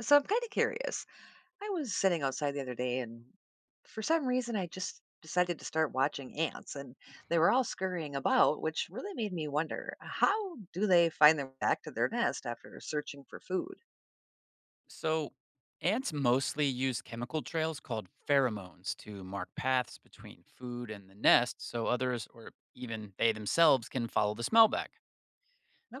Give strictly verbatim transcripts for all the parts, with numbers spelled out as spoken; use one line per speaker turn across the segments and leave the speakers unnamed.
So I'm kind of curious. I was sitting outside the other day, and for some reason, I just decided to start watching ants, and they were all scurrying about, which really made me wonder how do they find their way back to their nest after searching for food?
So, ants mostly use chemical trails called pheromones to mark paths between food and the nest so others or even they themselves can follow the smell back.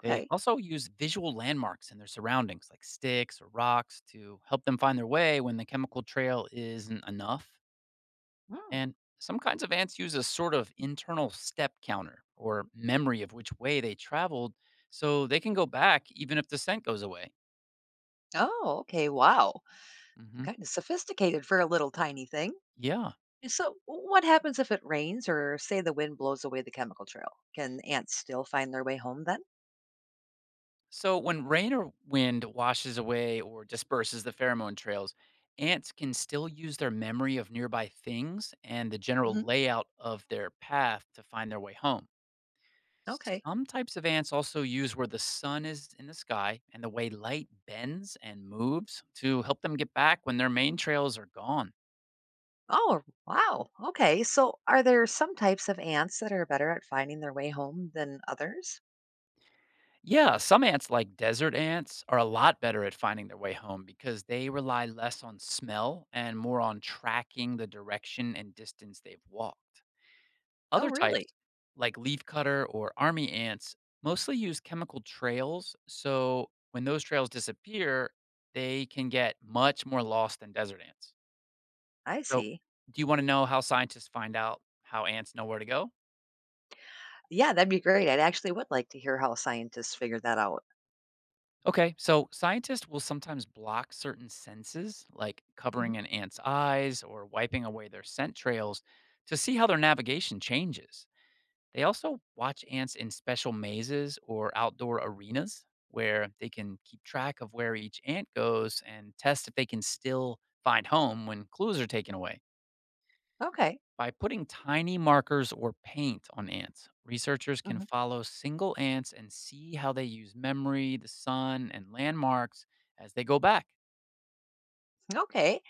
They also use visual landmarks in their surroundings, like sticks or rocks, to help them find their way when the chemical trail isn't enough.
Mm.
And some kinds of ants use a sort of internal step counter or memory of which way they traveled so they can go back even if the scent goes away.
Oh, okay. Wow.
Hmm.
Kind of sophisticated for a little tiny thing.
Yeah.
So, what happens if it rains or, say, the wind blows away the chemical trail? Can ants still find their way home then?
So when rain or wind washes away or disperses the pheromone trails, ants can still use their memory of nearby things and the general
hmm.
layout of their path to find their way home.
Okay.
Some types of ants also use where the sun is in the sky and the way light bends and moves to help them get back when their main trails are gone.
Oh, wow. Okay. So, are there some types of ants that are better at finding their way home than others?
Yeah, some ants, like desert ants, are a lot better at finding their way home because they rely less on smell and more on tracking the direction and distance they've walked.
Oh,
Other types,
really?
like leafcutter or army ants, mostly use chemical trails. So when those trails disappear, they can get much more lost than desert ants.
I
So,
see.
do you wanna know how scientists find out how ants know where to go?
Yeah, that'd be great. I'd actually would like to hear how scientists figure that out.
Okay, so scientists will sometimes block certain senses, like
hmm.
covering an ant's eyes or wiping away their scent trails, to see how their navigation changes. They also watch ants in special mazes or outdoor arenas where they can keep track of where each ant goes and test if they can still find home when clues are taken away.
Okay.
By putting tiny markers or paint on ants, researchers can
hmm.
follow single ants and see how they use memory, the sun, and landmarks as they go back.
Okay.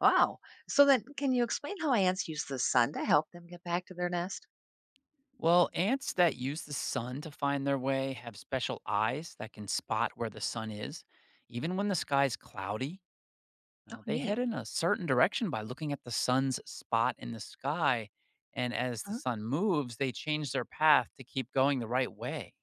Wow. So then, can you explain how ants use the sun to help them get back to their nest?
Well, ants that use the sun to find their way have special eyes that can spot where the sun is. Even when the sky's cloudy,
Oh,
uh, they
neat.
head in a certain direction by looking at the sun's spot in the sky. And as the
Mhm.
sun moves, they change their path to keep going the right way.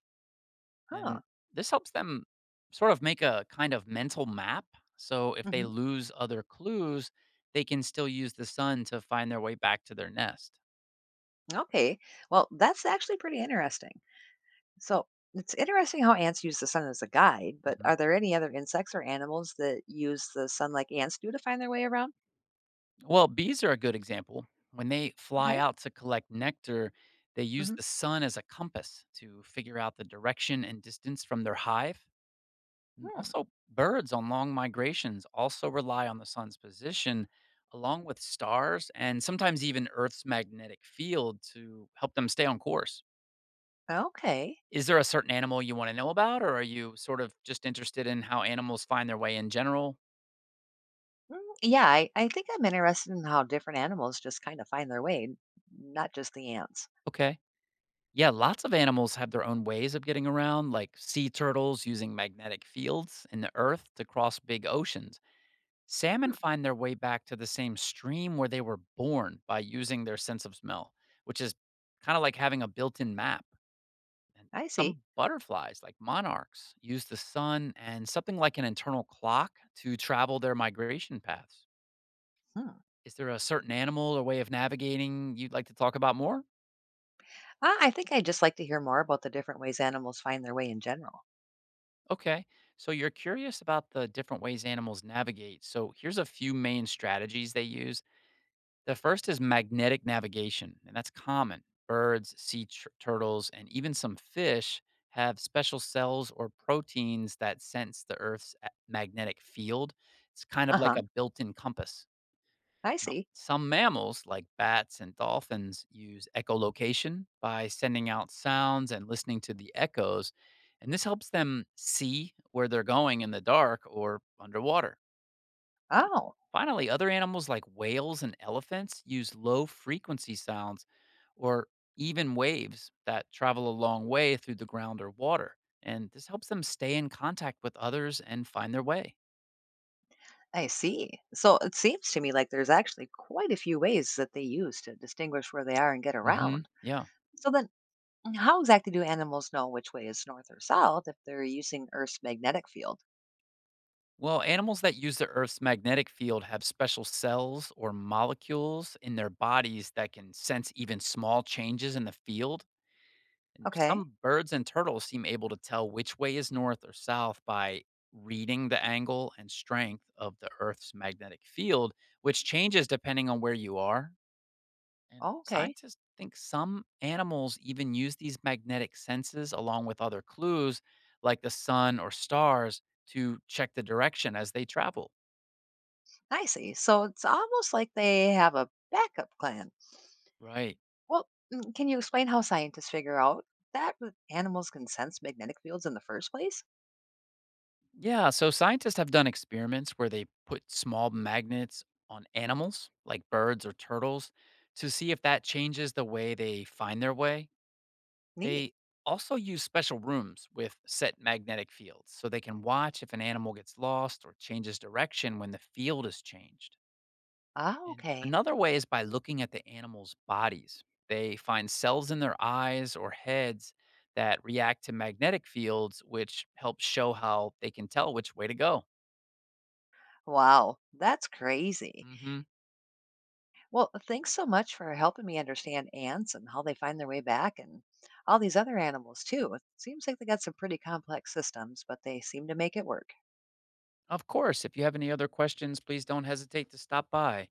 Huh.
And this helps them sort of make a kind of mental map. So if they
hmm.
lose other clues, they can still use the sun to find their way back to their nest.
Okay. Well, that's actually pretty interesting. So it's interesting how ants use the sun as a guide, but
Mhm.
are there any other insects or animals that use the sun like ants do to find their way around?
Well, bees are a good example. When they fly
Okay.
out to collect nectar, they use
hmm.
the sun as a compass to figure out the direction and distance from their hive. And
Hmm.
also, birds on long migrations also rely on the sun's position along with stars and sometimes even Earth's magnetic field to help them stay on course.
Okay.
Is there a certain animal you wanna know about, or are you sort of just interested in how animals find their way in general?
Mm, yeah, I, I think I'm interested in how different animals just kind of find their way, n- not just the ants.
Okay. Yeah, lots of animals have their own ways of getting around, like sea turtles using magnetic fields in the earth to cross big oceans. Salmon
Hmm,
find their way back to the same stream where they were born by using their sense of smell, which is kinda like having a built-in map. And
I see.
some butterflies, like monarchs, use the sun and something like an internal clock to travel their migration paths.
Hmm.
Is there a certain animal or way of navigating you'd like to talk about more?
Ah, I think I'd just like to hear more about the different ways animals find their way in general.
Okay. So you're curious about the different ways animals navigate. So here's a few main strategies they use. The first is magnetic navigation, and that's common. Birds, sea tur- turtles, and even some fish have special cells or proteins that sense the Earth's a- magnetic field. It's kind
Uh
of like
huh.
a built in compass.
I
Now,
see.
some mammals, like bats and dolphins, use echolocation by sending out sounds and listening to the echoes, and this helps them see where they're going in the dark or underwater.
Oh,
Finally, other animals like whales and elephants use low frequency sounds or even waves that travel a long way through the ground or water, and this helps them stay in contact with others and find their way.
I see. So it seems to me like there's actually quite a few ways that they use to distinguish where they are and get
Hmm.
around.
Yeah.
So then, how exactly do animals know which way is north or south if they're using Earth's magnetic field?
Well, animals that use the Earth's magnetic field have special cells or molecules in their bodies that can sense even small changes in the field. And
Okay.
some birds and turtles seem able to tell which way is north or south by reading the angle and strength of the Earth's magnetic field, which changes depending on where you are. And
Oh, okay.
scientists think some animals even use these magnetic senses along with other clues like the sun or stars to check the direction as they travel.
I see. So it's almost like they have a backup plan.
Right.
Well, mm, can you explain how scientists figure out that w- animals can sense magnetic fields in the first place?
Yeah. So scientists have done experiments where they put small magnets on animals like birds or turtles to see if that changes the way they find their way.
Neat.
They also use special rooms with set magnetic fields so they can watch if an animal gets lost or changes direction when the field is changed.
Ah,
And
okay.
another way is by looking at the animals' bodies. They find cells in their eyes or heads that react to magnetic fields, which helps show how they can tell which way to go.
Wow, that's crazy.
Hmm.
Well, thanks so much for helping me understand ants and how they find their way back and all these other animals, too. It seems like they got some pretty complex systems, but they seem to make it work.
Of course, if you have any other questions, please don't hesitate to stop by.